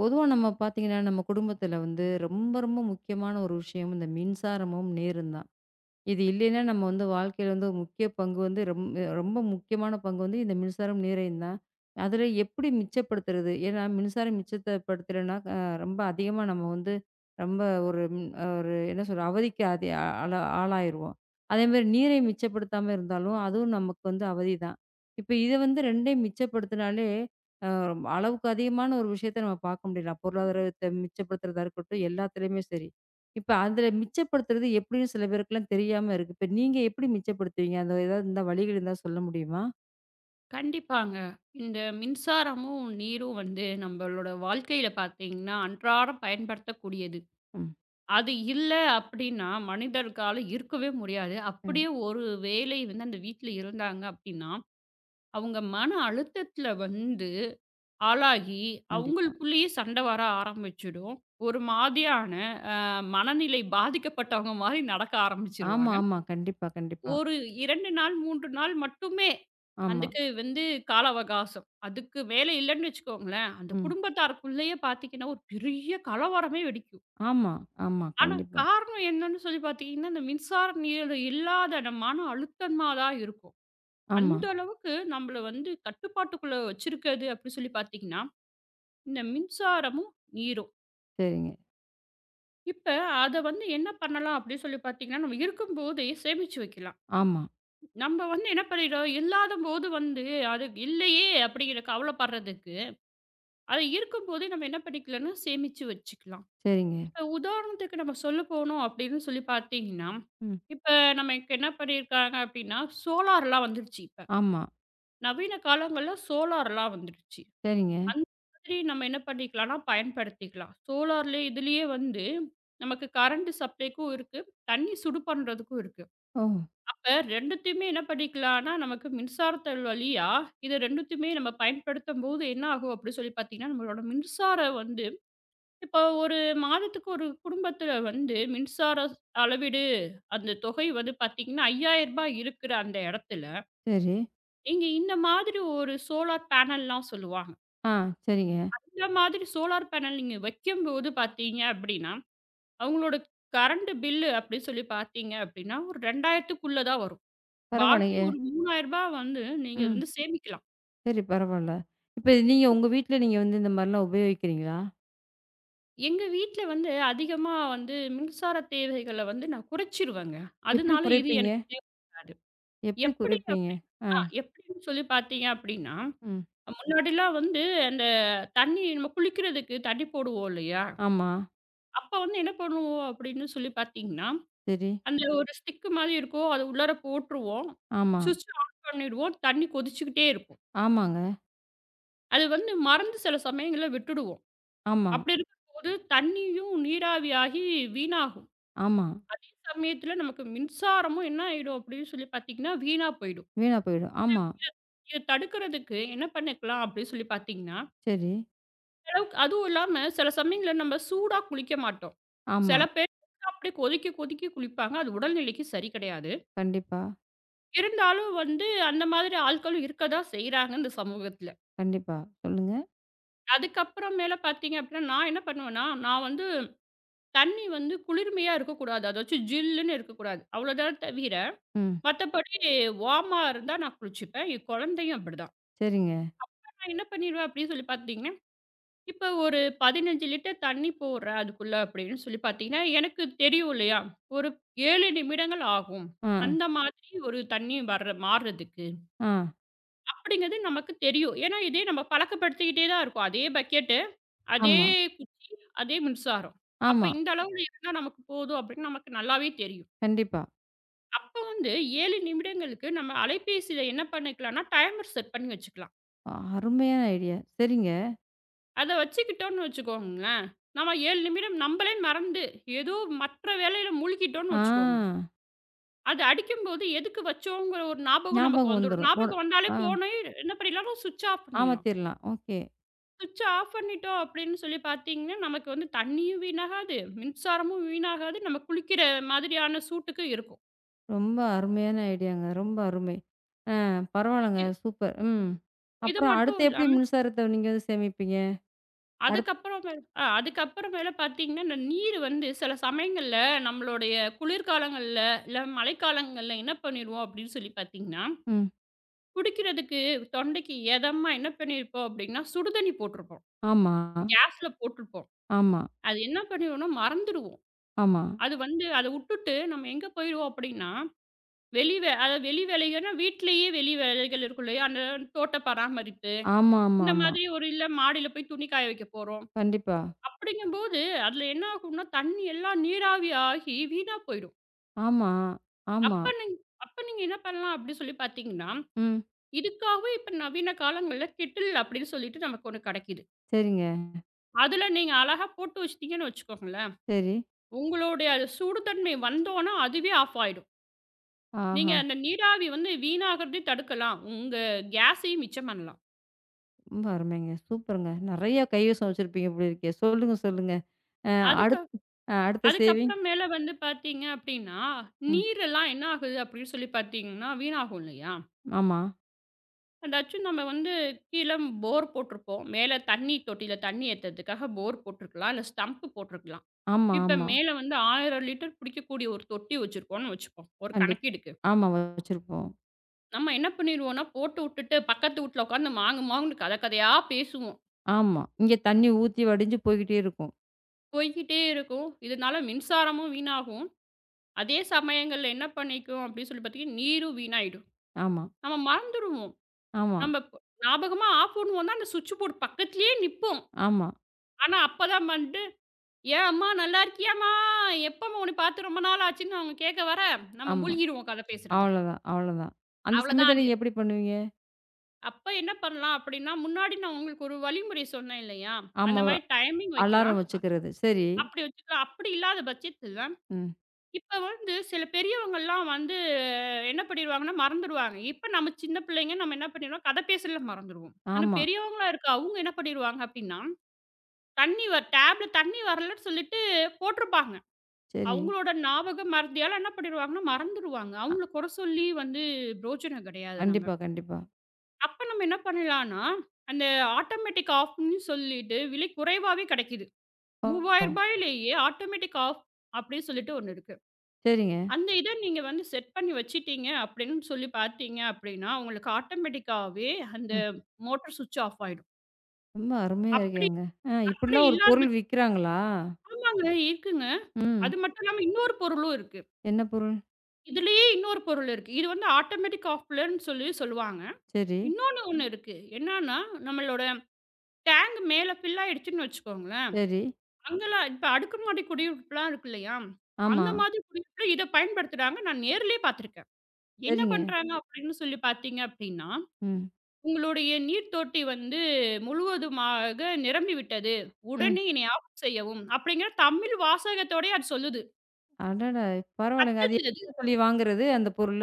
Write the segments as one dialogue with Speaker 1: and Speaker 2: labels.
Speaker 1: பொதுவா நம்ம பார்த்தீங்கன்னா, நம்ம குடும்பத்தில வந்து ரொம்ப ரொம்ப முக்கியமான ஒரு விஷயம் இந்த மின்சாரமும், நீரும் தான். இது இல்லைன்னா நம்ம வந்து வாழ்க்கையில வந்து ஒரு முக்கிய பங்கு வந்து ரொம்ப முக்கியமான பங்கு வந்து இந்த மின்சாரம், நீரையும் தான். அதில எப்படி மிச்சப்படுத்துறது? ஏன்னா மின்சாரம் மிச்சத்தப்படுத்தலைன்னா ரொம்ப அதிகமா நம்ம வந்து ரொம்ப ஒரு ம் ஒரு என்ன சொல்றது? அவதிக்கு ஆளா ஆளாயிருவோம். அதேமாரி நீரை மிச்சப்படுத்தாம இருந்தாலும், அதுவும் நமக்கு வந்து அவதி தான். இப்ப இத வந்து 2யும் மிச்சப்படுத்தினாலே, அ அளவுக்கு அதிகமான ஒரு விஷயத்த நம்ம பார்க்க முடியலாம். பொருளாதாரத்த மிச்சப்படுத்துறதா இருக்கட்டும், எல்லாத்துலயுமே சரி. இப்ப அதுல மிச்சப்படுத்துறது எப்படின்னு சில பேருக்குலாம் தெரியாம இருக்கு. இப்ப நீங்க எப்படி மிச்சப்படுத்துவீங்க? அந்த ஏதாவது இருந்தா வழிகள் இருந்தா சொல்ல முடியுமா?
Speaker 2: கண்டிப்பாங்க. இந்த மின்சாரமும், நீரும் வந்து நம்பளோட வாழ்க்கையில பார்த்தீங்கன்னா, அன்றாடம் பயன்படுத்தக்கூடியது.
Speaker 1: ம்.
Speaker 2: அது இல்ல அப்டின்னா, மனிதர்களால இருக்கவே முடியாது.
Speaker 1: கண்
Speaker 2: அப்படியே ஒரு வேளை வந்து அந்த வீட்ல இருந்தாங்க அப்டின்னா, அவங்க மன அழுத்தத்துல வந்து ஆளாகி,
Speaker 1: கண்டிப்பா.
Speaker 2: அவங்களுக்குள்ளேயே சண்டை வர ஆரம்பிச்சுடும். ஒரு மாதிரியான மனநிலை பாதிக்கப்பட்டவங்க மாரி நடக்க
Speaker 1: ஆமா,
Speaker 2: ஆரம்பிச்சுருவாங்க.
Speaker 1: ஆமா. கண்டிப்பா, கண்டிப்பா.
Speaker 2: ஒரு 2 நாள், 3 நாள் மட்டுமே.
Speaker 1: ஆமா.
Speaker 2: அதுக்கு வந்து கால அவகாசம். அதுக்கு மேல இல்லன்னு வச்சுக்கோங்களேன், அந்த
Speaker 1: ம்.
Speaker 2: குடும்பத்தாருக்குள்ளேயே பார்த்தீங்கன்னா, ஒரு பெரிய கலவரமே வெடிக்கும்.
Speaker 1: ஆமா, ஆமா.
Speaker 2: ஆனா
Speaker 1: கண்டிப்பா.
Speaker 2: காரணம் என்னன்னு சொல்லி பார்த்தீங்கன்னா, இந்த மின்சார நீர் இல்லாத நம்ம மன அழுத்தமா தான் இருக்கும்.
Speaker 1: ஆமா.
Speaker 2: அந்த அளவுக்கு நம்மள வந்து கட்டுப்பாட்டுக்குள்ள வச்சிருக்கிறது அப்படி சொல்லி பார்த்தீங்கன்னா, இந்த மின்சாரமும், நீரும்.
Speaker 1: சரிங்க.
Speaker 2: இப்ப அத வந்து என்ன பண்ணலாம் அப்படின்னு சொல்லி பார்த்தீங்கன்னா, நம்ம இருக்கும்போதே சேமிச்சு வைக்கலாம்.
Speaker 1: ஆமா.
Speaker 2: நம்ம வந்து என்ன பண்ணிடுறோம், இல்லாதபோது வந்து அது இல்லையே அப்படிங்கிற கவலைப்படுறதுக்கு, அது இருக்கும்போதே நம்ம என்ன பண்ணிக்கலாம்னா சேமிச்சு வச்சுக்கலாம்.
Speaker 1: சரிங்க.
Speaker 2: இப்ப உதாரணத்துக்கு நம்ம சொல்ல போனோம் அப்படின்னு சொல்லி பார்த்தீங்கன்னா,
Speaker 1: ம்.
Speaker 2: இப்ப நமக்கு என்ன பண்ணியிருக்காங்க அப்படின்னா, சோலார்லாம் வந்துருச்சு இப்ப.
Speaker 1: ஆமா.
Speaker 2: நவீன காலங்கள்ல சோலார்லாம் வந்துருச்சு.
Speaker 1: சரிங்க.
Speaker 2: அந்த மாதிரி நம்ம என்ன பண்ணிக்கலாம்னா பயன்படுத்திக்கலாம். சோலார்ல இதுலயே வந்து நமக்கு கரண்ட் சப்ளைக்கும் இருக்கு, தண்ணி சுடு பண்றதுக்கும் இருக்கு.
Speaker 1: ஓ!
Speaker 2: அப்ப 2த்தையுமே என்ன பண்ணிக்கலான்னா, நமக்கு மின்சாரத்தல் வழியா, இது 2த்தையுமே நம்ம பயன்படுத்தும்போது என்ன ஆகும் அப்டி சொல்லி பார்த்தீங்கன்னா, நம்மளோட மின்சாரம் வந்து இப்போ ஒரு மாதத்துக்கு ஒரு குடும்பத்தில வந்து மின்சார அளவீடு அந்த தொகை வந்து பார்த்தீங்கன்னா, ரூ. 5000 இருக்கிற அந்த இடத்துல,
Speaker 1: சரி.
Speaker 2: நீங்க இந்த மாதிரி ஒரு சோலார் பேனல்லாம் சொல்லுவாங்க.
Speaker 1: ஆ சரிங்க.
Speaker 2: இந்த மாதிரி சோலார் பேனல் நீங்க வைக்கும்போது பார்த்தீங்க அப்டின்னா, அவங்களோட கரண்ட் பில்லு அப்டி சொல்லி பார்த்தீங்க அப்டின்னா, ஒரு 2000க்குள்ள தான் வரும். பாக்கி
Speaker 1: பரவாயில்லையே.
Speaker 2: ஒரு ரூ. 3000 வந்து நீங்க
Speaker 1: ம்.
Speaker 2: வந்து சேமிக்கலாம்.
Speaker 1: சரி பரவால்ல. இப்ப நீங்க
Speaker 2: இப்
Speaker 1: உங்க வீட்ல நீங்க வந்து இந்த மாரிலாம் உபயோகிக்கிறீங்களா?
Speaker 2: எங்க வீட்ல வந்து அதிகமா வந்து மின்சார தேவைகள வந்து நான் குறைச்சிருவேங்க.
Speaker 1: எப்படி
Speaker 2: அதனால இது
Speaker 1: குறைப்பீங்க?
Speaker 2: எனக்கு தேவைப்படாது.
Speaker 1: எப்படி
Speaker 2: எப்படி
Speaker 1: குறைப்பீங்க?
Speaker 2: அப்டின்னு
Speaker 1: ஆ.
Speaker 2: ஆ எப்படின்னு சொல்லி பார்த்தீங்க அப்டின்னா,
Speaker 1: ம்.
Speaker 2: முன்னாடிலாம் வந்து அந்த தண்ணி நம்ம குளிக்கிறதுக்கு தண்ணி போடுவோம் இல்லையா?
Speaker 1: ஆமா.
Speaker 2: அப்ப வந்து என்ன பண்ணுவோம் அப்படின்னு சொல்லி பார்த்தீங்கன்னா,
Speaker 1: சரி.
Speaker 2: அந்த ஒரு ஸ்டிக்கு மாரி இருக்கும். அது உள்ளார போட்டுருவோம்.
Speaker 1: ஆமா.
Speaker 2: சுவிட்ச் ஆன் பண்ணிடுவோம். தண்ணி கொதிச்சுக்கிட்டே இருக்கும்.
Speaker 1: ஆமாங்க.
Speaker 2: அது வந்து மறந்து சில சமயங்கள்ல விட்டுடுவோம்.
Speaker 1: ஆமா,
Speaker 2: அப்படி இருக்கும்போது தண்ணியும் நீராவியாகி வீணாகும்.
Speaker 1: ஆமா.
Speaker 2: அதே சமயத்தில நமக்கு மின்சாரமும் என்ன ஆயிடும் அப்படின்னு சொல்லி பார்த்தீங்கன்னா, வீணா போயிடும்.
Speaker 1: வீணா போயிடும். ஆமா.
Speaker 2: இத தடுக்கிறதுக்கு என்ன பண்ணிக்கலாம் அப்படின்னு சொல்லி பார்த்தீங்கன்னா,
Speaker 1: சரி.
Speaker 2: அளவுக்கு அதுவும் இல்லாம சில சமயங்கள்ல நம்ம சூடா குளிக்க மாட்டோம்.
Speaker 1: ஆமா.
Speaker 2: சில பேர் அப்படியே கொதிக்க கொதிக்க குளிப்பாங்க. அது உடல்நிலைக்கு சரி கிடையாது.
Speaker 1: கண்டிப்பா,
Speaker 2: இருந்தாலும் வந்து அந்த மாதிரி ஆட்களும் இருக்க தான் செய்றாங்க இந்த சமூகத்தில.
Speaker 1: கண்டிப்பா. சொல்லுங்க.
Speaker 2: அதுக்கப்புறம் மேல பார்த்தீங்க அப்படின்னா, நான் என்ன பண்ணுவேன்னா, நான் வந்து தண்ணி வந்து குளிர்மையா இருக்கக்கூடாது. அதாச்சும் ஜில்லுன்னு இருக்கக்கூடாது. அவ்வளோதான் தவிர
Speaker 1: ம்.
Speaker 2: மத்தபடி வார்மா இருந்தா நான் குளிச்சுப்பேன். என் குழந்தையும் அப்படிதான்.
Speaker 1: சரிங்க.
Speaker 2: நான் என்ன பண்ணிருவேன் அப்படின்னு சொல்லி பார்த்தீங்கன்னா, இப்போ ஒரு 15 லிட்டர் தண்ணி போடுறேன் அதுக்குள்ள அப்படின்னு சொல்லி பார்த்தீங்கன்னா, எனக்கு தெரியும் இல்லையா? ஒரு 7 நிமிடங்கள் ஆகும்.
Speaker 1: ஆ,
Speaker 2: அந்த மாதிரி ஒரு தண்ணி வர்ற மாறுறதுக்கு.
Speaker 1: ஆ.
Speaker 2: அப்படிங்கிறது நமக்கு தெரியும். ஏன்னா, இதே நம்ம பழக்கப்படுத்திக்கிட்டே தான் இருக்கோம். அதே பக்கெட்டு, அதே
Speaker 1: ஆமா,
Speaker 2: குச்சி, அதே மின்சாரம். அப்ப
Speaker 1: ஆமா.
Speaker 2: இந்த அளவுல இருந்தா நமக்கு போதும் அப்படின்னு நமக்கு நல்லாவே தெரியும்.
Speaker 1: கண்டிப்பா.
Speaker 2: அப்ப வந்து 7 நிமிடங்களுக்கு நம்ம அலைபேசியில என்ன பண்ணிக்கலாம்னா, டைமர் செட் பண்ணி வச்சுக்கலாம்.
Speaker 1: அருமையான ஐடியா. சரிங்க.
Speaker 2: அத வச்சுக்கிட்டோம்னு வச்சுக்கோங்களேன், நம்ம 7 நிமிடம் நம்மளே மறந்து, ஏதோ மற்ற வேலையில மூழ்கிட்டோம்னு
Speaker 1: ஆ.
Speaker 2: வச்சுக்கோங்க. அது அடிக்கும்போது எதுக்கு வச்சோங்கிற ஒரு ஞாபகம் நமக்கு
Speaker 1: ஞாபகம்
Speaker 2: வந்துரும்.
Speaker 1: வந்துரும். உட
Speaker 2: ஞாபகம் வந்தாலே
Speaker 1: ஆ
Speaker 2: போனே என்ன பண்ணிடலாம், ஸ்விட்ச் ஆஃப் பண்ணிடலாம்.
Speaker 1: ஆமாத்திரலாம். ஓகே.
Speaker 2: ஸ்விட்ச் ஆஃப் பண்ணிட்டோம் அப்படின்னு சொல்லி பார்த்தீங்கன்னா, நமக்கு வந்து தண்ணியும் வீணாகாது, மின்சாரமும் வீணாகாது, நம்ம குளிக்கிற மாதிரியான சூட்டுக்கு இருக்கும்.
Speaker 1: ரொம்ப அருமையான ஐடியாங்க. ரொம்ப அருமை. ஆ பரவால்லங்க.
Speaker 2: இது
Speaker 1: சூப்பர். ம்.
Speaker 2: இது
Speaker 1: அப்புறம்
Speaker 2: மட்டும்
Speaker 1: அடுத்து எப்படி
Speaker 2: இல்லாம
Speaker 1: மின்சாரத்த நீங்க வந்து சேமிப்பீங்க? அடுத்
Speaker 2: அதுக்கப்புறமேல பார்த்தீங்கன்னா, இந்த நீர் வந்து சில சமயங்கள்ல நம்மளுடைய குளிர்காலங்கள்ல, இல்ல மழைக்காலங்கள்ல என்ன பண்ணிருவோம் அப்படின்னு சொல்லி பார்த்தீங்கன்னா,
Speaker 1: ம்.
Speaker 2: குடிக்கிறதுக்கு தொண்டைக்கு எதமா என்ன பண்ணியிருப்போம் அப்படின்னா, சுடுதண்ணி போட்டிருப்போம்.
Speaker 1: ஆமா,
Speaker 2: கேஸ்ல போட்டிருப்போம்.
Speaker 1: ஆமா,
Speaker 2: அது என்ன பண்ணிருவோம்னா மறந்துருவோம்.
Speaker 1: ஆமா.
Speaker 2: அது வந்து அத உட்டுட்டு நம்ம எங்க போயிருவோம் அப்படின்னா, வெளி வே அதாவது வெளி வேலைகள்னா வீட்லயே வெளி வேலைகள் இருக்கும் இல்லையா? அந்த தோட்ட பராமரிப்பு,
Speaker 1: ஆமா, ஆமா,
Speaker 2: இந்த
Speaker 1: ஆமா.
Speaker 2: மாதிரி ஒரு இல்ல மாடியில போய் துணி காய வைக்க போறோம்.
Speaker 1: கண்டிப்பா.
Speaker 2: அப்படிங்கும்போது, அதில என்ன ஆகும்னா, தண்ணி எல்லாம் நீராவி ஆகி வீணா போயிடும்.
Speaker 1: ஆமா, ஆமா.
Speaker 2: அப்ப நீங் அப்ப நீங்க என்ன பண்ணலாம் அப்படி சொல்லி பார்த்தீங்கன்னா,
Speaker 1: ம்.
Speaker 2: இதுக்காகவே இப்ப நவீன காலங்கள்ல கெட்டில் அப்படின்னு சொல்லிட்டு நமக்கு ஒண்ணு கிடைக்குது.
Speaker 1: சரிங்க.
Speaker 2: அதில நீங்க அழகா போட்டு வச்சுட்டீங்கன்னு வச்சுக்கோங்களேன்,
Speaker 1: சரி.
Speaker 2: உங்களுடைய அது சூடு தன்மை வந்தோன அதுவே ஆஃப் ஆயிடும். நீங்க
Speaker 1: ஆஹா!
Speaker 2: அந்த நீராவி வந்து வீணாகறதே தடுக்கலாம். உங்க கேஸையும் மிச்சம் பண்ணலாம்.
Speaker 1: ரொம்ப அருமைங்க. சூப்பருங்க. நெறைய கைவசம் வச்சிருப்பீங்க போல இருக்கே. சொல்லுங்க, சொல்லுங்க. அ
Speaker 2: அதுக்கு
Speaker 1: அடுத்து அடுத்த சேவிங்
Speaker 2: அதுக்கப்புறம் மேல வந்து பார்த்தீங்க அப்படின்னா,
Speaker 1: ம்.
Speaker 2: நீரெல்லாம் என்ன ஆகுது அப்படின்னு சொல்லி பார்த்தீங்கன்னா, வீணாகும் இல்லையா?
Speaker 1: ஆமா.
Speaker 2: அதாச்சும் நம்ம வந்து கீழ போர் போட்டிருப்போம். மேல தண்ணி தொட்டியில தண்ணி ஏத்துறதுக்காக போர் போட்டிருக்கலாம். இல்ல ஸ்டம்ப் போட்டிருக்கலாம்.
Speaker 1: ஆமா,
Speaker 2: இப்ப
Speaker 1: ஆமா.
Speaker 2: மேல வந்து 1000 லிட்டர் பிடிக்கக்கூடிய ஒரு தொட்டி வச்சிருக்கோம்னு வச்சுப்போம். ஒரு
Speaker 1: கண்டிப்பா.
Speaker 2: கணக்கீடுக்கு.
Speaker 1: ஆமா வச்சிருப்போம்.
Speaker 2: நம்ம என்ன பண்ணிருவோம்னா, போட்டு உட்டுட்டு பக்கத்து வீட்ல உட்காந்து மாங்கு மாங்குன்னு கத கதையா பேசுவோம்.
Speaker 1: ஆமா. இங்க தண்ணி ஊத்தி வடிஞ்சு போய்க்கிட்டே இருக்கும்.
Speaker 2: போய்க்கிட்டே இருக்கும். இதனால மின்சாரமும் வீணாகும். அதே சமயங்கள்ல என்ன பண்ணிக்கும் அப்படின்னு சொல்லி பார்த்தீங்கன்னா, நீரும் வீணாயிடும்.
Speaker 1: ஆமா,
Speaker 2: நம்ம மறந்துருவோம்.
Speaker 1: ஆமா,
Speaker 2: நம்ம ஞாபகமா ஆஃப் பண்ணுவோம்னா அந்த சுவிட்ச் போர்ட் பக்கத்திலேயே நிப்போம்.
Speaker 1: ஆமா,
Speaker 2: ஆனா அப்பதான் வந்து ஏன் அம்மா நல்லா இருக்கியாம்மா? எப்பம்மா உன்னை பார்த்து ரொம்ப நாள் ஆச்சுன்னு அவங்க கேட்க வர, நம்ம
Speaker 1: ஆமா.
Speaker 2: மூழ்கிருவோம் கதை பேசுறதுக்கு.
Speaker 1: அவ்வளோதான், அவ்வளோதான். அந்த
Speaker 2: அவ்வளோதான்
Speaker 1: சமயத்துல
Speaker 2: அது.
Speaker 1: நீங்க எப்படி பண்ணுவீங்க?
Speaker 2: அப்ப என்ன பண்ணலாம் அப்படின்னா, முன்னாடி நான் உங்களுக்கு ஒரு வழிமுறை சொன்னேன் இல்லையா?
Speaker 1: ஆமா.
Speaker 2: அந்த
Speaker 1: ஒரு
Speaker 2: மாரி டைமிங் வைக்கலாம்.
Speaker 1: அலாரம் வச்சுக்கிறது. சரி.
Speaker 2: அப்படி வச்சுக்கலாம். அப்படி இல்லாத பட்சத்தில,
Speaker 1: ம்.
Speaker 2: இப்ப வந்து சில பெரியவங்கலாம் வந்து என்ன பண்ணிருவாங்கன்னா மறந்துருவாங்க. இப்ப நம்ம சின்ன பிள்ளைங்க நம்ம என்ன பண்ணிருவோம், கதை பேசல மறந்துருவோம். ஆனா
Speaker 1: ஆமா.
Speaker 2: பெரியவங்களா இருக்க அவங்க என்ன பண்ணிருவாங்க அப்படின்னா, தண்ணி வ டேப்ல தண்ணி வரலன்னு சொல்லிட்டு போட்டுருப்பாங்க.
Speaker 1: சரி.
Speaker 2: அவங்களோட ஞாபகம் மறதியால என்ன பண்ணிருவாங்கன்னா, மறந்துருவாங்க.
Speaker 1: அ
Speaker 2: அவங்கள குறை சொல்லி வந்து பிரோஜனம் கிடையாது நம்ம.
Speaker 1: கண்டிப்பா, கண்டிப்பா.
Speaker 2: அப்ப நம்ம என்ன பண்ணலான்னா, அந்த ஆட்டோமேட்டிக் ஆஃப்ன்னு சொல்லிட்டு விலை குறைவாவே கிடைக்குது. ரூ.
Speaker 1: ஓ!
Speaker 2: 3000லயே ஆட்டோமேட்டிக் ஆஃப் அப்படின்னு சொல்லிட்டு ஒண்ணு இருக்கு.
Speaker 1: சரிங்க.
Speaker 2: அந்த இத நீங்க வந்து செட் பண்ணி வச்சுட்டீங்க அப்படின்னு சொல்லி பார்த்தீங்க அப்படின்னா, உங்களுக்கு ஆட்டோமேட்டிக்காவே அந்த
Speaker 1: ம்.
Speaker 2: மோட்டார் ஸ்விட்ச் ஆஃப் ஆயிடும்.
Speaker 1: ரொம்ப அருமையா
Speaker 2: அப்படி
Speaker 1: இருக்கேங்க. ஆ
Speaker 2: அப்படி
Speaker 1: இப்படிலாம் ஒரு
Speaker 2: இல்லாத
Speaker 1: பொருள்
Speaker 2: பட்சத்துல
Speaker 1: விக்கிறாங்களா?
Speaker 2: அங்க இருக்குங்க.
Speaker 1: ம்.
Speaker 2: அது மட்டும் இல்லாம இன்னொரு பொருளும் இருக்கு.
Speaker 1: என்ன பொருள்?
Speaker 2: இதுலயே இன்னொரு பொருள் இருக்கு. இது வந்து ஆட்டோமேட்டிக் காப்லர்ன்னு சொல்லி சொல்லுவாங்க.
Speaker 1: சரி,
Speaker 2: இன்னொன்னு ஒண்ணு இருக்கு. என்னான்னா, நம்மளோட டேங்க் மேல ஃபில் ஆயிடுச்சுன்னு வச்சுக்கோங்களேன்,
Speaker 1: சரி.
Speaker 2: அங்கலாம் இப்ப அடுக்குமாடி குடியிருப்புலாம் இருக்கு இல்லையா?
Speaker 1: ஆமா.
Speaker 2: அந்த மாதிரி குடியிருப்புல இத பயன்படுத்துறாங்க. நான் நேர்லயே பார்த்துருக்கேன். என்ன
Speaker 1: சரிங்க.
Speaker 2: பண்றாங்க அப்படின்னு சொல்லி பார்த்தீங்க அப்படின்னா,
Speaker 1: ம்,
Speaker 2: "உங்களுடைய நீர் தொட்டி வந்து முழுவதுமாக நிரம்பி விட்டது.
Speaker 1: ம்.
Speaker 2: உடனே இதனை ஆஃப் செய்யவும்" அப்படிங்கிற தமிழ் வாசகத்தோடயே அது சொல்லுது.
Speaker 1: அடடா! பரவாயில்லங்க. அது
Speaker 2: கத்துது.
Speaker 1: எங்க சொல்லி வாங்குறது அந்த பொருள?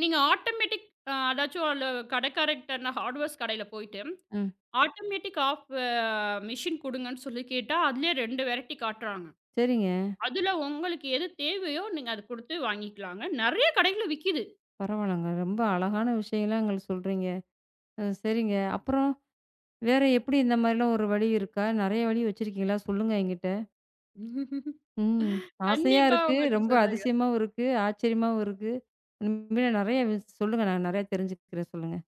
Speaker 2: நீங்க ஆட்டோமேட்டிக் அதாச்சும் அந்த கடைக்காரர்கிட்ட நான் ஹார்ட்வேர்ஸ் கடையில போயிட்டு,
Speaker 1: ம்.
Speaker 2: ஆட்டோமேட்டிக் ஆஃப் மெஷின் குடுங்கன்னு சொல்லி கேட்டா, அதிலயே 2 வெரைட்டி காட்டுறாங்க.
Speaker 1: சரிங்க.
Speaker 2: அதுல உங்களுக்கு எது தேவையோ நீங்க அத குடுத்து வாங்கிக்கலாங்க. நெறைய கடைகள்ல விக்கிது.
Speaker 1: பரவாயில்லங்க. ரொம்ப அழகான விஷயங்கள்லாம் எங்களுக்கு சொல்றீங்க. சரிங்க. அப்புறம் வேற எப்படி இந்த மாரிலாம் ஒரு வழி இருக்கா? நெறைய வழி வச்சிருக்கீங்களா? சொல்லுங்க என்கிட்ட. ம். ஆசையா
Speaker 2: கண்டிப்பா
Speaker 1: இருக்கு.
Speaker 2: உங்கள்ட்ட
Speaker 1: ரொம்ப
Speaker 2: சொல்றேங்க.
Speaker 1: அதிசயமாவும் இருக்கு. ஆச்சரியமாவும் இருக்கு. உண்மையிலே நெறைய சொல்லுங்க. நான் நெறைய தெரிஞ்சுக்கிறேன். சொல்லுங்க.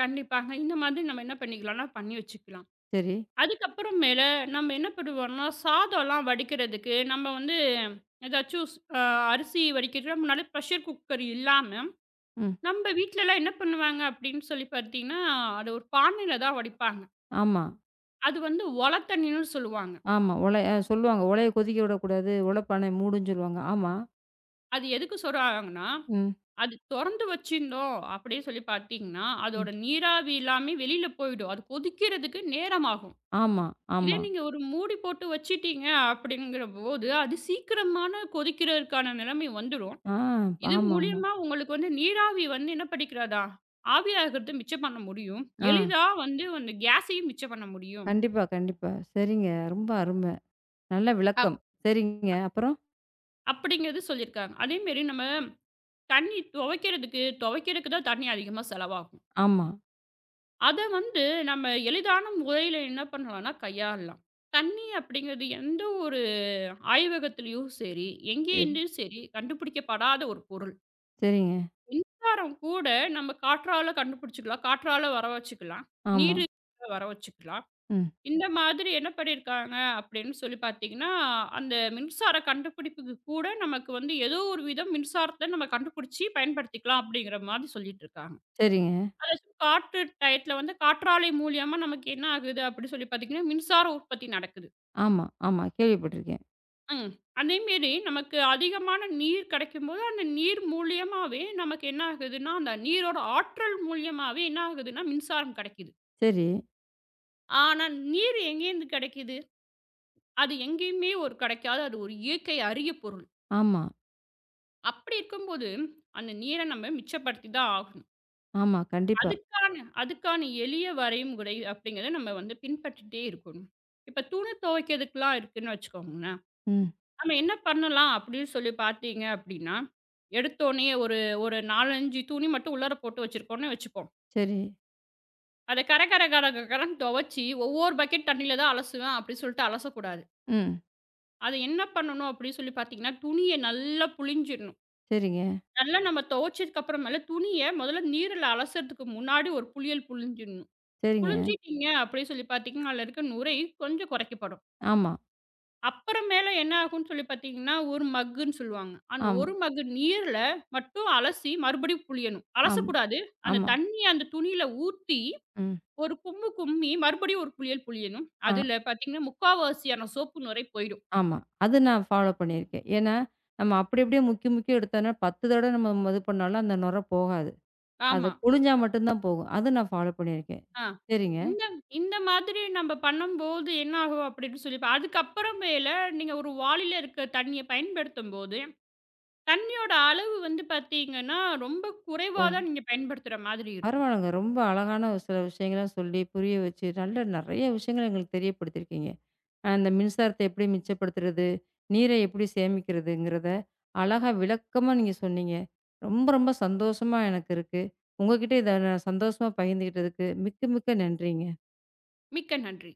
Speaker 2: கண்டிப்பாங்க. இந்த மாதிரி நம்ம என்ன பண்ணிக்கலாம்னா, பண்ணி வச்சுக்கலாம்.
Speaker 1: சரி.
Speaker 2: அதுக்கப்புறம் மேல நம்ம என்ன பண்ணுவோம்னா, சாதம்லாம் வடிக்கிறதுக்கு நம்ம வந்து ஏதாச்சும் ஸ் அ அரிசி வடிக்கிறதுக்கு முன்னால ப்ரெஷர் குக்கர் இல்லாம
Speaker 1: ம்.
Speaker 2: நம்ம வீட்லலாம் என்ன பண்ணுவாங்க அப்படின்னு சொல்லி பார்த்தீங்கன்னா, அது ஒரு பானையில தான் வடிப்பாங்க.
Speaker 1: ஆமா.
Speaker 2: அது வந்து ஒல தண்ணீன்னு சொல்லுவாங்க.
Speaker 1: ஆமா. ஒலை சொல்லுவாங்க. ஒலைய கொதிக்க விடக்கூடாது. ஒலப்பானை மூடுன்னு சொல்லுவாங்க. ஆமா.
Speaker 2: அது எதுக்கு சொல்றாங்கன்னா,
Speaker 1: ம்.
Speaker 2: அது தொறந்து வச்சிருந்தோம் அப்படின்னு சொல்லி பார்த்தீங்கன்னா,
Speaker 1: ம்.
Speaker 2: அதோட நீராவி எல்லாமே வெளியில போயிடும். அது கொதிக்கிறதுக்கு நேரமாகும்.
Speaker 1: ஆமா,
Speaker 2: இதே
Speaker 1: ஆமா.
Speaker 2: நீங்க ஒரு மூடி போட்டு வச்சுட்டீங்க அப்படிங்கிற போது, அது சீக்கிரமான கொதிக்கிறதுக்கான நிலைமை வந்துரும்.
Speaker 1: ஆ
Speaker 2: இது
Speaker 1: ஆமாமா.
Speaker 2: மூலியமா உங்களுக்கு வந்து நீராவி வந்து என்ன பண்ணிக்கிறதா, ஆவியாகிறத மிச்சம் பண்ண முடியும்.
Speaker 1: ஆ
Speaker 2: எளிதா வந்து அந்த கேஸையும் மிச்சம் பண்ண முடியும்.
Speaker 1: கண்டிப்பா, கண்டிப்பா. சரிங்க. ரொம்ப அருமை. நல்ல விளக்கம். சரிங்க. அப்புறம்?
Speaker 2: அப்படிங்கிறது சொல்லியிருக்காங்க. அதேமாரி நம்ம தண்ணீ துவைக்கிறதுக்கு துவைக்கிறதுக்கு தான் தண்ணீ அதிகமா செலவாகும்.
Speaker 1: ஆமா.
Speaker 2: அத வந்து நம்ம எளிதான முறையில என்ன பண்ணலாம்னா கையாளலாம். தண்ணீ அப்படிங்கிறது எந்த ஒரு ஆய்வகத்திலயும் சரி,
Speaker 1: சரி.
Speaker 2: எங்கேருந்தும் சரி கண்டுபிடிக்கப்படாத ஒரு பொருள்.
Speaker 1: சரிங்க.
Speaker 2: மின்சாரம் கூட நம்ம காற்றால கண்டுபிடிச்சுக்கலாம். காற்றால வர வச்சுக்கலாம்.
Speaker 1: ஆமா.
Speaker 2: நீர் வர வச்சுக்கலாம்.
Speaker 1: ம்.
Speaker 2: இந்த மாதிரி என்ன பண்ணியிருக்காங்க அப்படின்னு சொல்லி பார்த்தீங்கன்னா, அந்த மின்சார கண்டுபிடிப்புக்கு கூட நமக்கு வந்து ஏதோ ஒரு விதம் மின்சாரத்த நம்ம கண்டுபிடிச்சு பயன்படுத்திக்கலாம் அப்படிங்கிற மாதிரி சொல்லிட்டு இருக்காங்க.
Speaker 1: சரிங்க.
Speaker 2: அதாச்சும் காற்று டயத்துல வந்து காற்றாலை மூலியமா நமக்கு என்ன ஆகுது அப்படின்னு சொல்லி பார்த்தீங்கன்னா, மின்சார உற்பத்தி நடக்குது.
Speaker 1: ஆமா, ஆமா. கேள்விப்பட்டுருக்கேன்.
Speaker 2: ம். அதேமாரி நமக்கு அதிகமான நீர் கிடைக்கும்போது, அந்த நீர் மூலியமாவே நமக்கு என்ன ஆகுதுன்னா, அந்த நீரோட ஆற்றல் மூலியமாவே என்ன ஆகுதுன்னா மின்சாரம் கிடைக்குது.
Speaker 1: சரி.
Speaker 2: ஆனா, நீர் எங்கேருந்து கிடைக்குது? அது எங்கேயுமே ஒரு கிடைக்காத அது ஒரு இயற்கை அரிய பொருள்.
Speaker 1: ஆமா,
Speaker 2: அப்படி இருக்கும்போது, அந்த நீரை நம்ம மிச்சப்படுத்தி தான் ஆகணும்.
Speaker 1: ஆமா. கண்டிப்பா.
Speaker 2: அதுக்கான அதுக்கான எளிய வரைமுறை அப்படிங்கிறத நம்ம வந்து பின்பற்றிட்டே இருக்கணும். இப்ப துணி துவைக்கிறதுக்குலாம் இருக்குன்னு வச்சுக்கோங்களேன்.
Speaker 1: ம்.
Speaker 2: நம்ம என்ன பண்ணலாம் அப்படின்னு சொல்லி பார்த்தீங்க அப்படின்னா, எடுத்தோனே ஒரு ஒரு 4, 5 துணி மட்டும் உள்ளார போட்டு வச்சிருக்கோம்னு வச்சுப்போம்.
Speaker 1: சரி.
Speaker 2: அத கர கர கர கர கரன்னு துவைச்சு ஒவ்வொரு பக்கெட் தண்ணீல தான் அலசுவேன் அப்படின்னு சொல்லிட்டு அலசக்கூடாது.
Speaker 1: ம்.
Speaker 2: அத என்ன பண்ணணும் அப்படின்னு சொல்லி பார்த்தீங்கன்னா, துணிய நல்லா புழிஞ்சிடணும்.
Speaker 1: சரிங்க,
Speaker 2: நல்லா நம்ம துவைச்சதுக்கு அப்புறமேல துணிய முதல்ல நீருல அலசுறதுக்கு முன்னாடி ஒரு புளியல் புழிஞ்சிடணும்.
Speaker 1: சரிங்க.
Speaker 2: புழிஞ்சிட்டீங்க அப்படின்னு சொல்லி பார்த்தீங்கன்னா, அதில இருக்க நுரை கொஞ்சம் குறைக்கப்படும்.
Speaker 1: ஆமா,
Speaker 2: அப்புறமேல என்ன ஆகும்ன்னு சொல்லி பார்த்தீங்கன்னா, ஒரு மக்குன்னு சொல்லுவாங்க. அந்த
Speaker 1: ஆமா,
Speaker 2: ஒரு மக்கு நீர்ல மட்டும் அலசி மறுபடியும் புழியணும்.
Speaker 1: ஆமா,
Speaker 2: அலசக்கூடாது. அந்த
Speaker 1: ஆமா.
Speaker 2: தண்ணிய அந்த துணியில ஊத்தி
Speaker 1: ம்.
Speaker 2: ஒரு கும்மு கும்மி மறுபடியும் ஒரு புளியல் புழியணும்.
Speaker 1: ஆ.
Speaker 2: அதில பார்த்தீங்கன்னா, முக்காவாசியான சோப்பு நுரை போயிடும்.
Speaker 1: ஆமா. அது நான் ஃபாலோ பண்ணியிருக்கேன். ஏன்னா, நம்ம அப்படி அப்படியே முக்கி முக்கி எடுத்தோம்னா 10 தடவ நம்ம இது பண்ணாலும் அந்த நுரை போகாது. அது
Speaker 2: ஆமா.
Speaker 1: புழிஞ்சா மட்டும் தான் போகும். அது நான் ஃபாலோ பண்ணியிருக்கேன்.
Speaker 2: ஆ.
Speaker 1: சரிங்க.
Speaker 2: இந்த இந்த மாதிரி நம்ம பண்ணும்போது என்ன ஆகும் அப்படின்னு சொல்லி பா அதுக்கப்புறமேல நீங்க ஒரு வாளில இருக்க தண்ணிய பயன்படுத்தும்போது, தண்ணியோட அளவு வந்து பார்த்தீங்கன்னா, ரொம்ப குறைவா
Speaker 1: ம்.
Speaker 2: தான் நீங்க பயன்படுத்துற மாதிரி இருக்கும்.
Speaker 1: பரவால்லங்க. ரொம்ப அழகான ஒரு சில விஷயங்கள சொல்லி, புரிய வச்சு, நல்ல நெறைய விஷயங்கள எங்களுக்கு தெரியப்படுத்தியிருக்கீங்க. அந்த மின்சாரத்த எப்படி மிச்சப்படுத்துறது? நீரை எப்படி சேமிக்கிறதுங்கிறத, அழகா விளக்கமா நீங்க சொன்னீங்க. ரொம்ப ரொம்ப சந்தோஷமா எனக்கு இருக்கு. உங்க கிட்ட இத நான் சந்தோஷமா பகிர்ந்துகிட்டதுக்கு மிக்க மிக்க நன்றிங்க.
Speaker 2: மிக்க நன்றி.